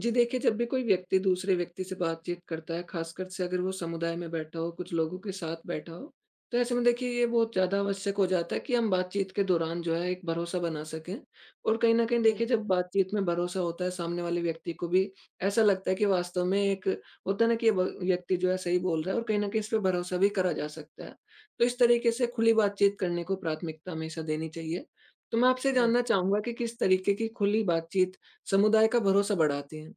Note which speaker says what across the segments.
Speaker 1: जी, देखिए, जब भी कोई व्यक्ति दूसरे व्यक्ति से बातचीत करता है, ख़ासकर से अगर वो समुदाय में बैठा हो, कुछ लोगों के साथ बैठा हो, तो ऐसे में देखिए ये बहुत ज़्यादा आवश्यक हो जाता है कि हम बातचीत के दौरान जो है एक भरोसा बना सकें। और कहीं न कहीं देखिए
Speaker 2: बिल्कुल,
Speaker 1: जब बातचीत में भरोसा होता है, सामने वाले व्यक्ति को भी ऐसा लगता है कि वास्तव में एक होता है ना कि ये ब व्यक्ति जो है सही बोल रहा है और कहीं न कहीं इस पे भरोसा भी करा जा सकता है। तो इस तरीके से खुली बातचीत करने को प्राथमिकता हमेशा देनी चाहिए। तो मैं आपसे जानना
Speaker 2: बिल्कुल।
Speaker 1: चाहूँगा कि किस तरीके की खुली बातचीत समुदाय का भरोसा बढ़ाती हैं।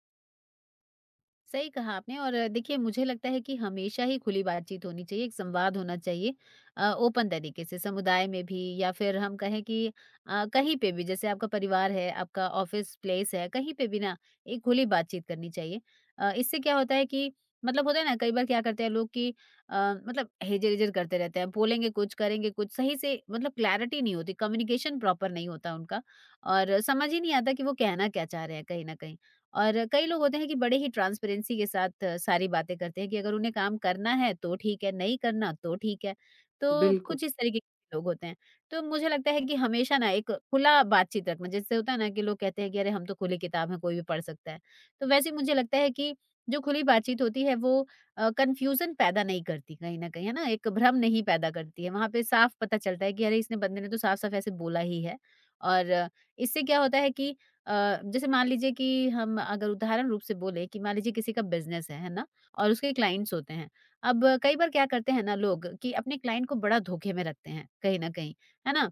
Speaker 2: सही कहा आपने और देखिए मुझे लगता है कि हमेशा ही खुली बातचीत होनी चाहिए, एक संवाद होना चाहिए ओपन तरीके से समुदाय में भी या फिर हम कहें कि कहीं पे भी, जैसे आपका परिवार है, आपका ऑफिस प्लेस है, कहीं पे भी ना एक खुली बातचीत करनी चाहिए। इससे क्या होता है कि मतलब होता है ना, कई बार क्या करते हैं लोग कि अ, मतलब हेजर-हेजर करते रहते हैं, बोलेंगे कुछ, करेंगे कुछ, सही से मतलब क्लैरिटी नहीं होती, कम्युनिकेशन प्रॉपर नहीं होता उनका और समझ ही नहीं आता कि वो कहना क्या चाह रहे हैं कहीं न कहीं। और कई लोग होते हैं कि बड़े ही ट्रांसपेरेंसी के साथ सारी बातें करते हैं कि अगर उन्हें काम करना है तो ठीक है, नहीं करना तो ठीक है। तो
Speaker 1: बिल्कुल।
Speaker 2: कुछ इस तरीके के लोग होते हैं। तो मुझे लगता है कि हमेशा ना एक खुला बातचीत रखना, जैसे होता है ना कि लोग कहते हैं कि अरे, हम तो खुली किताब हैं, कोई भी पढ़ सकता है। तो वैसे ही मुझे लगता है कि जो खुली बातचीत होती है वो कन्फ्यूज़न पैदा नहीं करती कहीं न कहीं, है ना? एक भ्रम नहीं पैदा करती है। वहाँ पे साफ पता चलता है कि अरे, इसने बंदे ने तो साफ-साफ ऐसे बोला ही है। और इससे क्या होता है कि जैसे मान लीजिए कि हम अगर उदाहरण रूप से बोले कि मान लीजिए किसी का बिज़नेस है ना? और उसके क्लाइंट्स होते हैं। अब कई बार क्या करते हैं ना लोग कि अपने क्लाइंट को बड़ा धोखे में रखते हैं, कहीं न कहीं, है ना?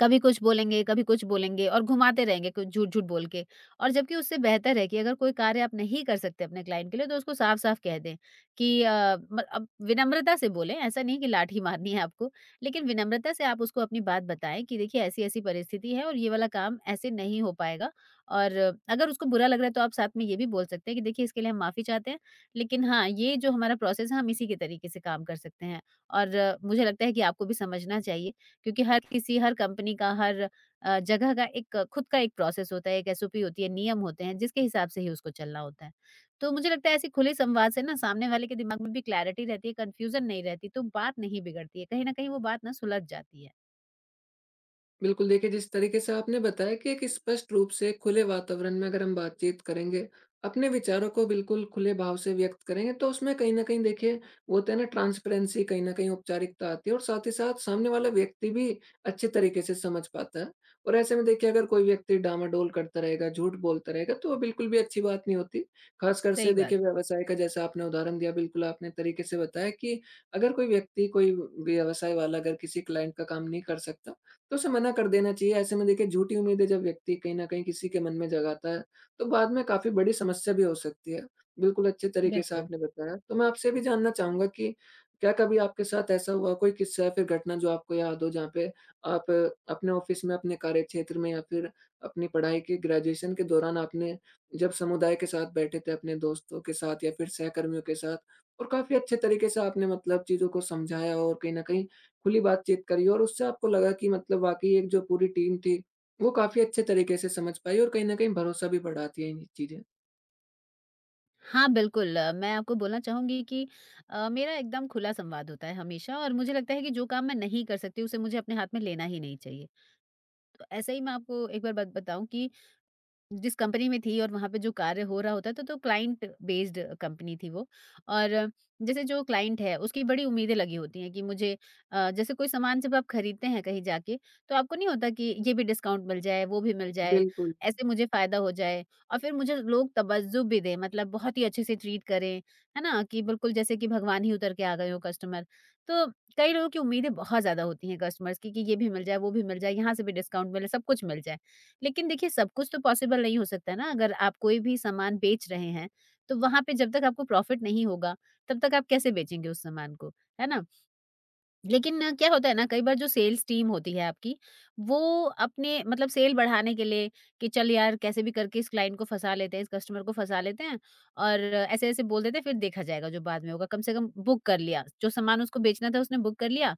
Speaker 2: कभी कुछ बोलेंगे, कभी कुछ बोलेंगे और घुमाते रहेंगे, कुछ झूठ-झूठ बोल के। और जबकि उससे बेहतर है कि अगर कोई कार्य आप नहीं कर सकते अपने क्लाइंट के लिए, तो उसको साफ-साफ कह दें कि अ, म अब विनम्रता से बोलें, ऐसा नहीं कि लाठी मारनी है आपको, लेकिन विनम्रता से आप उसको अपनी बात बताएँ कि देखिए, ऐसी-ऐसी परिस्थिति है और ये वाला काम ऐसे नहीं हो पाएगा। और अगर उसको बुरा लग रहा है, तो आप साथ में ये भी बोल सकते हैं कि देखिए, इसके लिए हम माफ़ी चाहते हैं, लेकिन हाँ, ये जो हमारा प्रोसेस है, हम इसी के तरीके से काम कर सकते हैं और मुझे लगता है कि आपको भी समझना चाहिए। क्योंकि हर कंपनी का हर जगह का एक खुद का एक प्रोसेस होता है, एक एसओपी होती है, नियम होते हैं जिसके हिसाब से ही उसको चलना होता है। तो मुझे लगता है ऐसे खुले संवाद से ना सामने वाले के दिमाग में भी क्लैरिटी रहती है, कन्फ्यूज़न नहीं रहती, तो बात नहीं बिगड़ती है, कहीं न कहीं वो बात ना सुलझ जाती है।
Speaker 1: बिल्कुल देखिए, जिस तरीके से आपने बताया कि एक स्पष्ट रूप से खुले वातावरण में अगर हम बातचीत करेंगे, अपने विचारों को बिल्कुल खुले भाव से व्यक्त करेंगे, तो उसमें कहीं न कहीं देखिए वो होता है ना ट्रांसपेरेंसी, कहीं न कहीं औपचारिकता आती है और साथ ही साथ सामने वाला व्यक्ति भी अच्छे तरीके से समझ पाता है। और ऐसे में देखिए अगर कोई व्यक्ति डामाडोल करता रहेगा, झूठ बोलता रहेगा, तो वो बिल्कुल भी अच्छी बात नहीं होती। ख़ासकर से
Speaker 2: सही बात।
Speaker 1: देखिए व्यवसाय का, जैसा आपने उदाहरण दिया, बिल्कुल आपने तरीके से बताया कि अगर कोई व्यक्ति, कोई व्यवसाय वाला अगर किसी क्लाइंट का काम नहीं कर सकता, तो उसे मना कर देना चाहिए। ऐसे में देखिए झूठी उम्मीदें जब व्यक्ति कहीं न कहीं किसी के मन में जगाता है, तो बाद में काफ़ी बड़ी समस्या भी हो सकती है। बिल्कुल अच्छे तरीके से
Speaker 2: बिल्कुल।
Speaker 1: आपने बताया। तो मैं आपसे ये भी जानना चाहूँगा कि क्या कभी आपके साथ ऐसा हुआ कोई किस्सा या फिर घटना जो आपको याद हो, जहाँ पे आप अपने ऑफ़िस में, अपने कार्यक्षेत्र में या फिर अपनी पढ़ाई के, ग्रेजुएशन के दौरान आपने जब समुदाय के साथ बैठे थे, अपने दोस्तों के साथ या फिर सहकर्मियों के साथ, और काफ़ी अच्छे तरीके से आपने मतलब चीज़ों को समझाया और कहीं न कहीं खुली बातचीत करी और उससे आपको लगा कि मतलब वाक़ई एक जो पूरी टीम थी, वो काफ़ी अच्छे तरीके से समझ पाई और कहीं न कहीं भरोसा भी बढ़ाती है ये चीज़ें।
Speaker 2: हाँ, बिल्कुल। मैं आपको बोलना चाहूँगी कि मेरा एकदम खुला संवाद होता है हमेशा और मुझे लगता है कि जो काम मैं नहीं कर सकती, उसे मुझे अपने हाथ में लेना ही नहीं चाहिए। तो ऐसे ही मैं आपको एक बार बात बताऊँ कि जिस कंपनी में थी और वहाँ पे जो कार्य हो रहा होता था, तो क्लाइंट बेस्ड कंपनी थी वो। और जैसे जो क्लाइंट है उसकी बड़ी उम्मीदें लगी होती हैं कि मुझे जैसे कोई सामान जब आप खरीदते हैं कहीं जाके, तो आपको नहीं होता कि ये भी डिस्काउंट मिल जाए, वो भी मिल जाए,
Speaker 1: बिल्कुल,
Speaker 2: ऐसे मुझे फायदा हो जाए और फिर मुझे लोग तबज्जुब भी दें, मतलब बहुत ही अच्छे से ट्रीट करें, है ना? कि बिल्कुल जैसे कि भगवान ही उतर के आ गए हो कस्टमर। तो कई लोगों की उम्मीदें बहुत ज्यादा होती हैं कस्टमर्स की कि ये भी मिल जाए, वो भी मिल जाए, यहाँ से भी डिस्काउंट मिले, सब कुछ मिल जाए। लेकिन देखिए, सब कुछ तो पॉसिबल नहीं हो सकता ना, अगर आप कोई भी सामान बेच रहे हैं तो वहां पे जब तक आपको प्रॉफिट नहीं होगा, तब तक आप कैसे बेचेंगे उस सामान को, है ना? लेकिन क्या होता है ना, कई बार जो सेल्स टीम होती है आपकी, वो अपने मतलब सेल बढ़ाने के लिए कि चल यार कैसे भी करके इस क्लाइंट को फँसा लेते हैं, इस कस्टमर को फँसा लेते हैं और ऐसे-ऐसे बोल देते हैं, फिर देखा जाएगा जो बाद में होगा। कम से कम बुक कर लिया, जो सामान उसको बेचना था उसने बुक कर लिया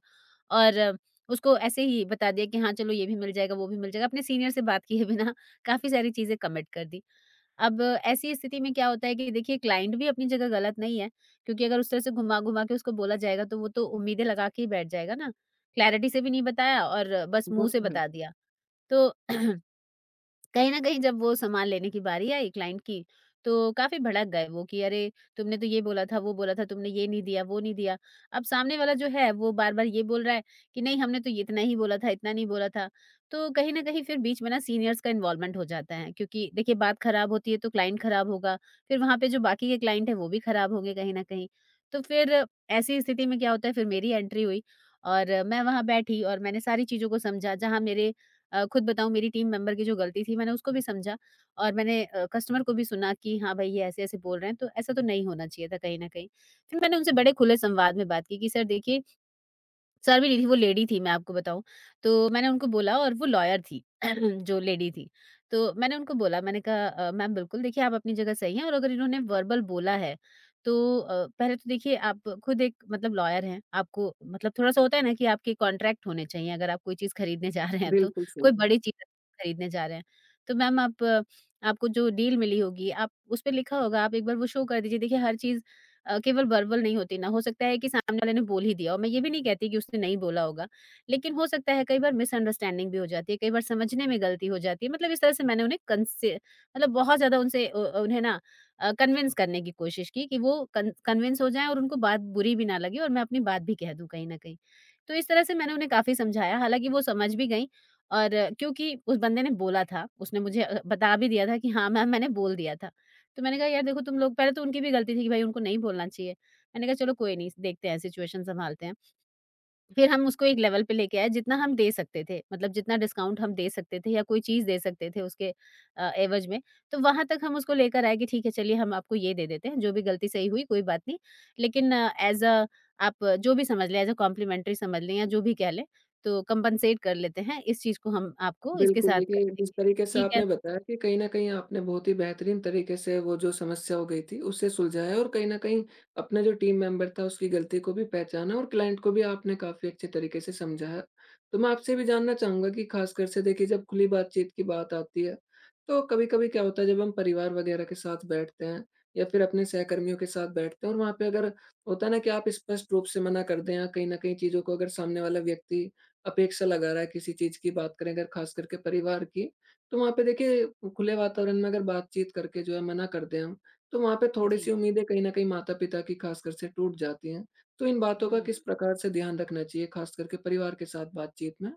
Speaker 2: और उसको ऐसे ही बता दिया कि हाँ, चलो ये भी मिल जाएगा, वो भी मिल जाएगा। अपने सीनियर से बात किए बिना काफ़ी सारी चीज़ें कमिट कर दी। अब ऐसी स्थिति में क्या होता है कि देखिए, क्लाइंट भी अपनी जगह गलत नहीं है, क्योंकि अगर उस तरह से घुमा-घुमा के उसको बोला जाएगा तो वो तो उम्मीदें लगा के ही बैठ जाएगा ना। क्लैरिटी से भी नहीं बताया और बस
Speaker 1: वो
Speaker 2: मुँह से
Speaker 1: तो है।
Speaker 2: बता दिया। तो कहीं न कहीं जब वो सामान लेने की बारी आई क्लाइंट की, तो काफ़ी भड़क गए वो कि अरे! तुमने तो ये बोला था, वो बोला था, तुमने ये नहीं दिया, वो नहीं दिया। अब सामने वाला जो है वो बार-बार ये बोल रहा है कि नहीं, हमने तो ये इतना ही बोला था, इतना नहीं बोला था। तो कहीं न कहीं फिर बीच में ना सीनियर्स का इन्वॉल्वमेंट हो जाता है, क्योंकि देखिए, बात खराब होती है तो क्लाइंट खराब होगा, फिर वहाँ पे जो बाकी के क्लाइंट हैं वो भी खराब होंगे कहीं न कहीं। तो फिर ऐसी स्थिति में क्या होता है, फिर मेरी एंट्री हुई और मैं वहाँ बैठी और मैंने सारी चीज़ों को समझा, जहाँ मेरे खुद बताऊँ, मेरी टीम मेंबर की जो गलती थी मैंने उसको भी समझा और मैंने कस्टमर को भी सुना कि हाँ भाई, ये ऐसे-ऐसे बोल रहे हैं तो ऐसा तो नहीं होना चाहिए था, कहीं न कहीं। फिर मैंने उनसे बड़े खुले संवाद में बात की कि सर देखिए। सर भी नहीं थी, वो लेडी थी, मैं आपको बताऊँ। तो मैंने उनको बोला, और वो लॉयर थी जो लेडी थी। तो मैंने उनको बोला, मैंने कहा "मैम, बिल्कुल देखिए, आप अपनी जगह सही हैं, और अगर इन्होंने वर्बल बोला है, तो पहले तो देखिए, आप खुद एक मतलब लॉयर हैं। आपको मतलब थोड़ा-सा होता है ना कि आपके कॉन्ट्रैक्ट होने चाहिए, अगर आप कोई चीज़ खरीदने जा रहे हैं तो,
Speaker 1: बिल्कुल सही
Speaker 2: कोई
Speaker 1: है।
Speaker 2: बड़ी चीज़ खरीदने जा रहे हैं। तो मैम, आपको जो डील मिली होगी, आप उसपे लिखा होगा, आप एक बार वो शो कर दीजिए। देखिए, हर चीज़ केवल वर्बल नहीं होती ना, हो सकता है कि सामने वाले ने बोल ही दिया हो। मैं ये भी नहीं कहती कि उसने नहीं बोला होगा, लेकिन हो सकता है कई बार मिसअंडरस्टैंडिंग भी हो जाती है, कई बार समझने में गलती हो जाती है। मतलब इस तरह से मैंने उन्हें कंसे मतलब बहुत ज़्यादा उनसे उ उन्हें ना कन्विंस करने की कोशिश की कि वो कन कन्विंस हो जाएँ और उनको बात बुरी भी ना लगे और मैं अपनी बात भी कह दूँ कहीं न कहीं। तो इस तरह से मैंने उन्हें काफ़ी समझाया, हालाँकि वो समझ भी गईं और क्योंकि उस बंदे ने बोला था, उसने मुझे बता भी दिया था कि हाँ मैम, मैंने बोल दिया था। तो मैंने कहा, यार देखो, तुम लोग पहले तो उनकी भी गलती थी कि भाई उनको नहीं बोलना चाहिए। मैंने कहा, चलो कोई नहीं, देखते हैं, सिचुएशन सँभालते हैं। फिर हम उसको एक लेवल पे लेके आए, जितना हम दे सकते थे, मतलब जितना डिस्काउंट हम दे सकते थे या कोई चीज़ दे सकते थे उसके एवज़ में। तो वहाँ तक हम उसको लेकर आए कि ठीक है, चलिए हम आपको ये दे देते हैं, जो भी गलती सही हुई कोई बात नहीं। लेकिन एज़ अ, आप जो भी समझ लें, एज़ अ कॉम्प्लीमेंट्री समझ लें या जो भी कह लें, तो कंपनसेट कर लेते हैं इस चीज़ को, हम आपको इसके
Speaker 1: बिल्कुल,
Speaker 2: साथ कर
Speaker 1: देखिए
Speaker 2: देंगे।
Speaker 1: जिस तरीके से
Speaker 2: ठीक है।
Speaker 1: आपने बताया कि कहीं न कहीं आपने बहुत ही बेहतरीन तरीके से वो जो समस्या हो गई थी उसे सुलझाया है और कहीं न कहीं अपना जो टीम मेंबर था उसकी गलती को भी पहचाना और क्लाइंट को भी आपने काफ़ी अच्छे तरीके से समझाया। तो मैं आपसे भी जानना चाहूँगा कि ख़ासकर से देखिए जब खुली बातचीत की बात आती है, तो कभी-कभी क्या होता है जब हम परिवार वग़ैरह के साथ बैठते हैं या फिर अपने सहकर्मियों के साथ बैठते हैं और वहाँ पे अगर, होता है ना कि आप स्पष्ट रूप से मना कर दें या कहीं न कहीं चीज़ों को, अगर सामने वाला व्यक्ति अपेक्षा लगा रहा है किसी चीज़ की, बात करें अगर खास करके परिवार की, तो वहाँ पे देखिए खुले वातावरण में अगर बातचीत करके जो है मना कर दें हम, तो वहाँ पे
Speaker 2: जी।
Speaker 1: थोड़ी-सी उम्मीदें कहीं न कहीं माता-पिता की खासकर से टूट जाती हैं। तो इन बातों का
Speaker 2: हुँ।
Speaker 1: किस प्रकार से ध्यान रखना चाहिए खास करके परिवार के साथ बातचीत में?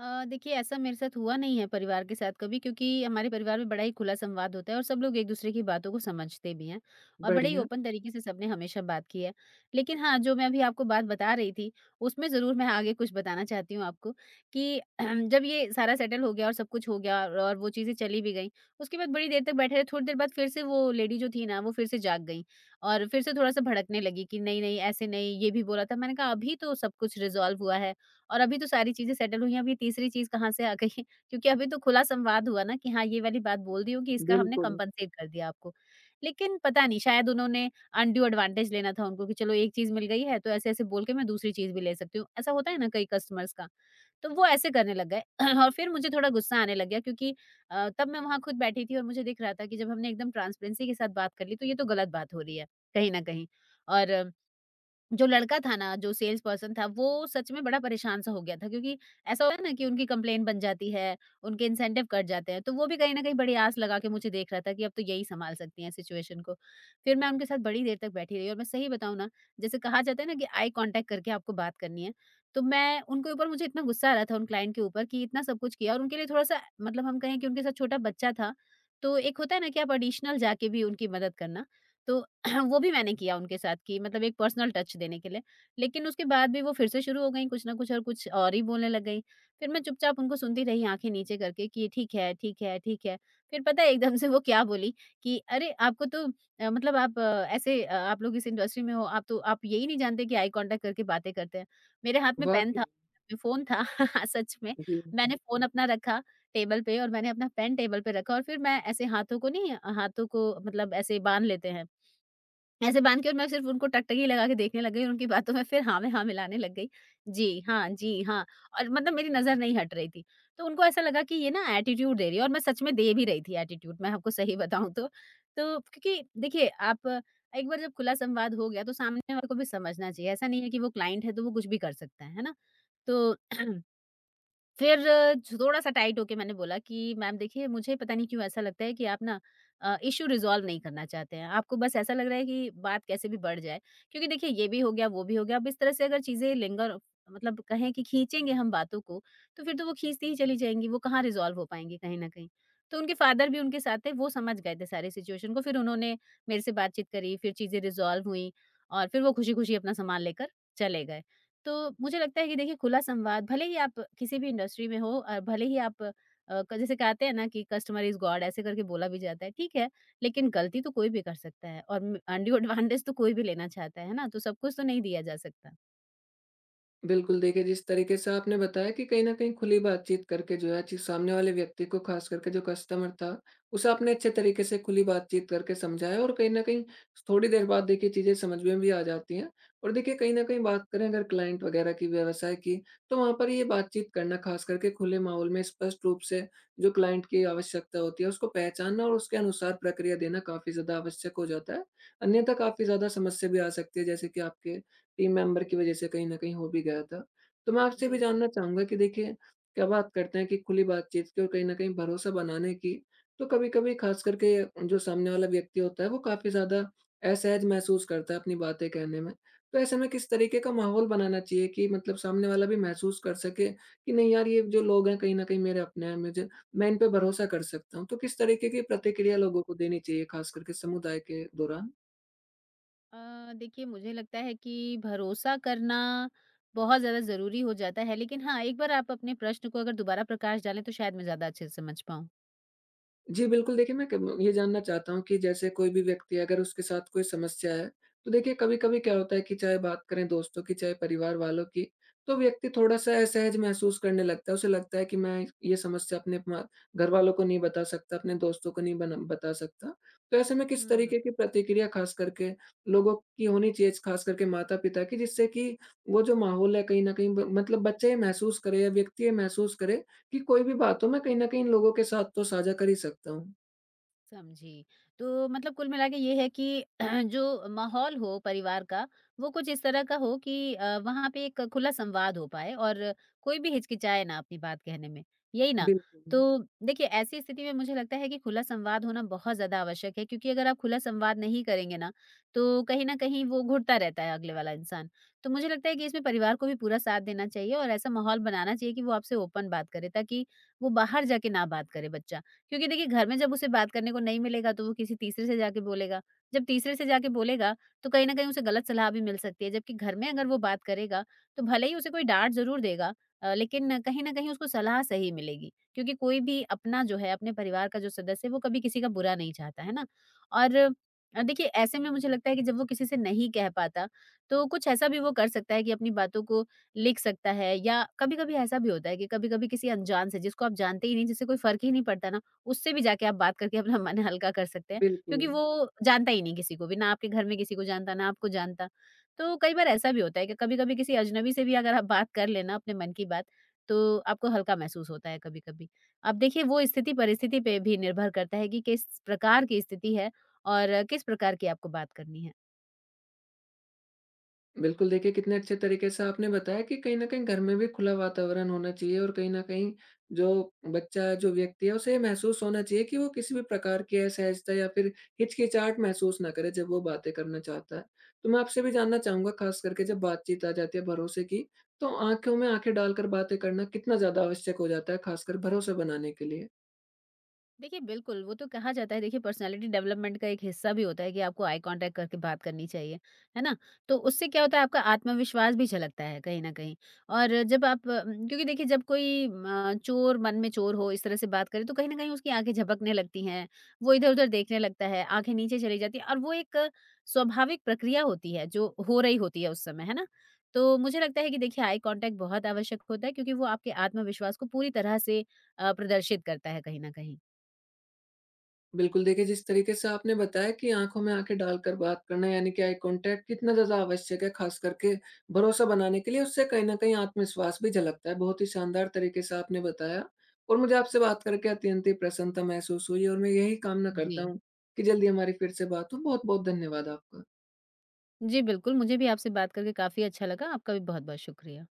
Speaker 2: देखिए, ऐसा मेरे साथ हुआ नहीं है परिवार के साथ कभी, क्योंकि हमारे परिवार में बड़ा ही खुला संवाद होता है और सब लोग एक-दूसरे की बातों को समझते भी हैं और बड़े ही
Speaker 1: बढ़िया,
Speaker 2: ओपन तरीके से सबने हमेशा बात की है। लेकिन हाँ, जो मैं अभी आपको बात बता रही थी, उसमें ज़रूर मैं आगे कुछ बताना चाहती हूँ आपको कि जब ये सारा सेटल हो गया और सब कुछ हो गया और वो चीज़ें चली भी गईं, उसके बाद बड़ी देर तक बैठे रहे, थोड़ी देर बाद फिर से वो लेडी जो थी ना, वो फिर से जाग गईं और फिर से थोड़ा-सा भड़कने लगी कि नहीं-नहीं, ऐसे नहीं, ये भी बोला था। मैंने कहा, "अभी तो सब कुछ रिज़ॉल्व हुआ है, और अभी तो सारी चीज़ें सेटल हुई हैं, अभी तीसरी चीज़ कहाँ से आ गई है? क्योंकि अभी तो खुला संवाद हुआ ना कि हाँ, ये वाली बात बोल दी होगी, इसका हमने
Speaker 1: बिल्कुल,
Speaker 2: कम्पेंसेट कर दिया आपको। लेकिन पता नहीं शायद उन्होंने अनड्यू एडवांटेज लेना था उनको कि चलो एक चीज़ मिल गई है, तो ऐसे-ऐसे बोल के मैं दूसरी चीज़ भी ले सकती हूँ। ऐसा होता है ना कई कस्टमर्स का, तो वो ऐसे करने लग गए। और फिर मुझे थोड़ा गुस्सा आने लग गया, क्योंकि तब मैं वहाँ खुद बैठी थी और मुझे दिख रहा था कि जब हमने एकदम ट्रांसपेरेंसी के साथ बात कर ली, तो ये तो गलत बात हो रही है, कहीं न कहीं। और जो लड़का था ना, जो सेल्स पर्सन था, वो सच में बड़ा परेशान सा हो गया था, क्योंकि ऐसा होता है ना कि उनकी कंप्लेंट बन जाती है, उनके इंसेंटिव कट जाते हैं, तो वो भी कहीं न कहीं बड़ी आस लगा के मुझे देख रहा था कि अब तो यही सँभाल सकती हैं सिचुएशन को। फिर मैं उनके साथ बड़ी देर तक बैठी रही और मैं सही बताऊँ ना, जैसे कहा जाता है ना कि आई कॉन्टैक्ट करके आपको बात करनी है, तो मैं उनके ऊपर, मुझे इतना गुस्सा आ रहा था उन क्लाइंट के ऊपर कि इतना सब कुछ किया और उनके लिए थोड़ा-सा, मतलब हम कहें कि उनके साथ छोटा बच्चा था, तो एक होता है ना कि आप एडिशनल जाके भी उनकी मदद करना, तो वो भी मैंने किया उनके साथ कि मतलब एक पर्सनल टच देने के लिए। लेकिन उसके बाद भी वो फिर से शुरू हो गईं, कुछ न कुछ और कुछ और ही बोलने लग गईं। फिर मैं चुपचाप उनको सुनती रही, आँखें नीचे करके कि ठीक है, ठीक है, ठीक है। फिर पता है, एकदम से वो क्या बोली कि अरे! आपको तो मतलब आप ऐसे, आप लोग इस इंडस्ट्री में हो, आप तो, आप यही नहीं जानते कि आई कॉन्टैक्ट करके बातें करते हैं। मेरे हाथ में पेन
Speaker 1: वाक़ई।
Speaker 2: था, में फ़ोन था सच में।
Speaker 1: जी।
Speaker 2: मैंने फ़ोन अपना रखा टेबल पे और मैंने अपना पेन टेबल पे रखा, और फिर मैं ऐसे हाथों को, नहीं, हाथों को मतलब ऐसे बाँध लेते हैं। ऐसे बाँध के, और मैं सिर्फ़ उनको टकटकी लगा के देखने लग गई और उनकी बातों में फिर हाँ में हाँ मिलाने लग गई। जी, हाँ, जी, हाँ। और मतलब मेरी नज़र नहीं हट रही थी। तो उनको ऐसा लगा कि ये ना एटीट्यूड दे रही है, और मैं सच में दे भी रही थी एटीट्यूड, मैं आपको सही बताऊँ तो। तो क्योंकि देखिए, आप एक बार जब खुला संवाद हो गया, तो सामने वाले को भी समझना चाहिए। ऐसा नहीं है कि वो क्लाइंट है तो वो कुछ भी कर सकता है ना? तो फिर छ थोड़ा-सा टाइट होके मैंने बोला कि मैम देखिए, मुझे पता नहीं क्यों ऐसा लगता है कि आप ना इश्यू रिज़ॉल्व नहीं करना चाहते हैं। आपको बस ऐसा लग रहा है कि बात कैसे भी बढ़ जाए। क्योंकि देखिए, ये भी हो गया, वो भी हो गया। अब इस तरह से अगर चीज़ें लिंगर, मतलब कहें कि खींचेंगे हम बातों को, तो फिर तो वो खींचती ही चली जाएँगी। वो कहाँ रिज़ॉल्व हो पाएँगी कहीं न कहीं। तो उनके फ़ादर भी उनके साथ थे, वो समझ गए थे सारी सिचुएशन को। फिर उन्होंने मेरे से बातचीत करी, फिर चीज़ें रिज़ॉल्व हुईं, और फिर वो खुशी-खुशी अपना सामान लेकर चले गए। तो मुझे लगता है कि देखिए, खुला संवाद भले ही आप किसी भी इंडस्ट्री में हो, भले ही आप, जैसे कहते हैं ना कि कस्टमर इज गॉड, ऐसे करके बोला भी जाता है, ठीक है, लेकिन गलती तो कोई भी कर सकता है, और अंडियो एडवांटेज तो कोई भी लेना चाहता है ना, तो सब कुछ तो नहीं दिया जा सकता।
Speaker 1: बिल्कुल, देखिए जिस तरीके से आपने बताया कि कहीं न कहीं खुली बातचीत करके जो है, चीज़ सामने वाले व्यक्ति को, ख़ास करके जो कस्टमर था, उसे आपने अच्छे तरीके से खुली बातचीत करके समझाया और कहीं न कहीं थोड़ी देर बाद देखिए चीज़ें समझ में भी आ जाती हैं। और देखिए कहीं न कहीं बात करें अगर क्लाइंट वग़ैरह की, व्यवसाय की, तो वहाँ पर ये बातचीत करना ख़ास करके खुले माहौल में स्पष्ट रूप से जो क्लाइंट की आवश्यकता होती है उसको पहचानना और उसके अनुसार प्रक्रिया देना काफ़ी ज़्यादा आवश्यक हो जाता है। अन्यथा काफ़ी ज़्यादा समस्या भी आ सकती है, जैसे कि आपके टीम मेंबर की वज़ह से कहीं न कहीं हो भी गया था। तो मैं आपसे भी
Speaker 2: बिल्कुल।
Speaker 1: जानना चाहूँगा कि देखिए, जब आप करते हैं कि खुली बातचीत की और कहीं न कहीं भरोसा बनाने की, तो कभी-कभी ख़ास करके जो सामने वाला व्यक्ति होता है, वो काफ़ी ज़्यादा असहज महसूस करता है अपनी बातें कहने में। तो ऐसे में किस तरीके का माहौल बनाना चाहिए कि मतलब सामने वाला भी महसूस कर सके कि नहीं यार, ये जो लोग हैं कहीं न कहीं मेरे अपने हैं, मुझे, मैं इन पे भरोसा कर सकता हूँ। तो किस तरीके की
Speaker 2: जी।
Speaker 1: प्रतिक्रिया लोगों को देनी चाहिए ख़ास करके समुदाय के दौरान?
Speaker 2: देखिए, मुझे लगता है कि भरोसा करना बहुत ज़्यादा ज़रूरी हो जाता है, लेकिन हाँ, एक बार आप अपने प्रश्न को अगर दोबारा प्रकाश डालें, तो शायद मैं ज़्यादा अच्छे से समझ
Speaker 1: जी, बिल्कुल देखिए, मैं कब ये जानना चाहता हूँ कि जैसे कोई भी व्यक्ति है, अगर उसके साथ कोई समस्या है, तो देखिए कभी-कभी क्या होता है कि चाहे बात करें दोस्तों की, चाहे परिवार वालों की, तो व्यक्ति थोड़ा-सा असहज महसूस करने लगता है। उसे लगता है कि मैं ये समस्या अपने मा घरवालों को नहीं बता सकता, अपने दोस्तों को नहीं बना बता सकता। तो ऐसे में किस तरीके की
Speaker 2: पाऊँ।
Speaker 1: प्रतिक्रिया ख़ास करके लोगों की होनी चाहिए, ख़ास करके माता-पिता की, जिससे कि वो जो माहौल है कहीं न कहीं ब मतलब बच्चे ये महसूस करें या व्यक्ति ये महसूस करे कि कोई भी बात हो मैं कहीं न कहीं इन लोगों के साथ तो साझा कर ही सकता हूँ।
Speaker 2: समझी। तो मतलब कुल मिला के ये है कि जो माहौल हो परिवार का, वो कुछ इस तरह का हो कि वहाँ पे एक खुला संवाद हो पाए और कोई भी हिचकिचाए ना अपनी बात कहने में, यही ना?
Speaker 1: बिल्कुल,
Speaker 2: तो देखिए, ऐसी स्थिति में मुझे लगता है कि खुला संवाद होना बहुत ज़्यादा आवश्यक है, क्योंकि अगर आप खुला संवाद नहीं करेंगे ना, तो कहीं न कहीं वो घुटता रहता है अगले वाला इंसान। तो मुझे लगता है कि इसमें परिवार को भी पूरा साथ देना चाहिए, और ऐसा माहौल बनाना चाहिए कि वो आपसे ओपन बात करे, ताकि वो बाहर जाके ना बात करे बच्चा। क्योंकि देखिए, घर में जब उसे बात करने को नहीं मिलेगा, तो वो किसी तीसरे से जाके बोलेगा। जब तीसरे से जाके बोलेगा, तो कहीं न कहीं उसे गलत सलाह भी मिल सकती है। जबकि घर में अगर वो बात करेगा, तो भले ही उसे कोई डाँट ज़रूर देगा, लेकिन कहीं न कहीं उसको सलाह सही मिलेगी। क्योंकि कोई भी अपना, जो है, अपने परिवार का जो सदस्य है, वो कभी किसी का बुरा नहीं चाहता, है ना? और देखिए, ऐसे में मुझे लगता है कि जब वो किसी से नहीं कह पाता, तो कुछ ऐसा भी वो कर सकता है कि अपनी बातों को लिख सकता है। या कभी-कभी ऐसा भी होता है कि कभी-कभी किसी अनजान से, जिसको आप जानते ही नहीं, जिससे कोई फ़र्क ही नहीं पड़ता ना, उससे भी जाके आप बात करके अपना मन हल्का कर सकते हैं।
Speaker 1: बिल्कुल।
Speaker 2: क्योंकि वो जानता ही नहीं किसी को भी, ना आपके घर में किसी को जानता, ना आपको जानता। तो कई बार ऐसा भी होता है कि कभी-कभी किसी अजनबी से भी अगर आप बात कर लें ना अपने मन की बात, तो आपको हल्का महसूस होता है कभी-कभी। अब देखिए, वो स्थिति परिस्थिति पे भी निर्भर करता है कि किस प्रकार की स्थिति है और किस प्रकार की आपको बात करनी है।
Speaker 1: बिल्कुल देखिए कितने अच्छे तरीके से आपने बताया कि कहीं न कहीं घर में भी खुला वातावरण होना चाहिए और कहीं न कहीं जो बच्चा जो व्यक्ति है उसे ये महसूस होना चाहिए कि वो किसी भी प्रकार की असहजता या फिर हिचकिचाहट महसूस ना करे जब वो बातें करना चाहता है। तो मैं आपसे भी जानना चाहूँगा ख़ास करके जब बातचीत आ जाती है भरोसे की, तो आँखों में आँखें डालकर बातें करना कितना ज़्यादा आवश्यक हो जाता है ख़ासकर भरोसा बनाने के लिए?
Speaker 2: देखिए बिल्कुल, वो तो कहा जाता है, देखिए पर्सनैलिटी डेवलपमेंट का एक हिस्सा भी होता है कि आपको आई कॉन्टैक्ट करके बात करनी चाहिए, है ना? तो उससे क्या होता है, आपका आत्मविश्वास भी झलकता है कहीं न कहीं। और जब आप, क्योंकि देखिए, जब कोई चोर मन में चोर हो, इस तरह से बात करे, तो कहीं न कहीं उसकी आँखें झपकने लगती हैं, वो इधर-उधर देखने लगता है, आँखें नीचे चली जाती हैं, और वो एक स्वाभाविक प्रक्रिया होती है जो हो रही होती है उस समय, है ना? तो मुझे लगता है कि देखिए, आई कॉन्टैक्ट बहुत आवश्यक होता है, क्योंकि वो आपके आत्मविश्वास को पूरी तरह से प्रदर्शित करता है कहीं न कहीं।
Speaker 1: बिल्कुल, देखिए जिस तरीके से आपने बताया कि आँखों में आँखें डालकर बात करना यानी कि आई कॉन्टैक्ट कितना ज़्यादा आवश्यक है ख़ास करके भरोसा बनाने के लिए, उससे कहीं न कहीं आत्मविश्वास भी झलकता है। बहुत ही शानदार तरीके से आपने बताया और मुझे आपसे बात करके अत्यंत ही प्रसन्नता महसूस हुई और मैं यही कामना
Speaker 2: जी।
Speaker 1: करता हूँ कि जल्दी हमारी फिर से बात हो। बहुत-बहुत धन्यवाद आपका।
Speaker 2: जी, बिल्कुल, मुझे भी आपसे बात करके काफ़ी अच्छा लगा, आपका भी बहुत-बहुत शुक्रिया।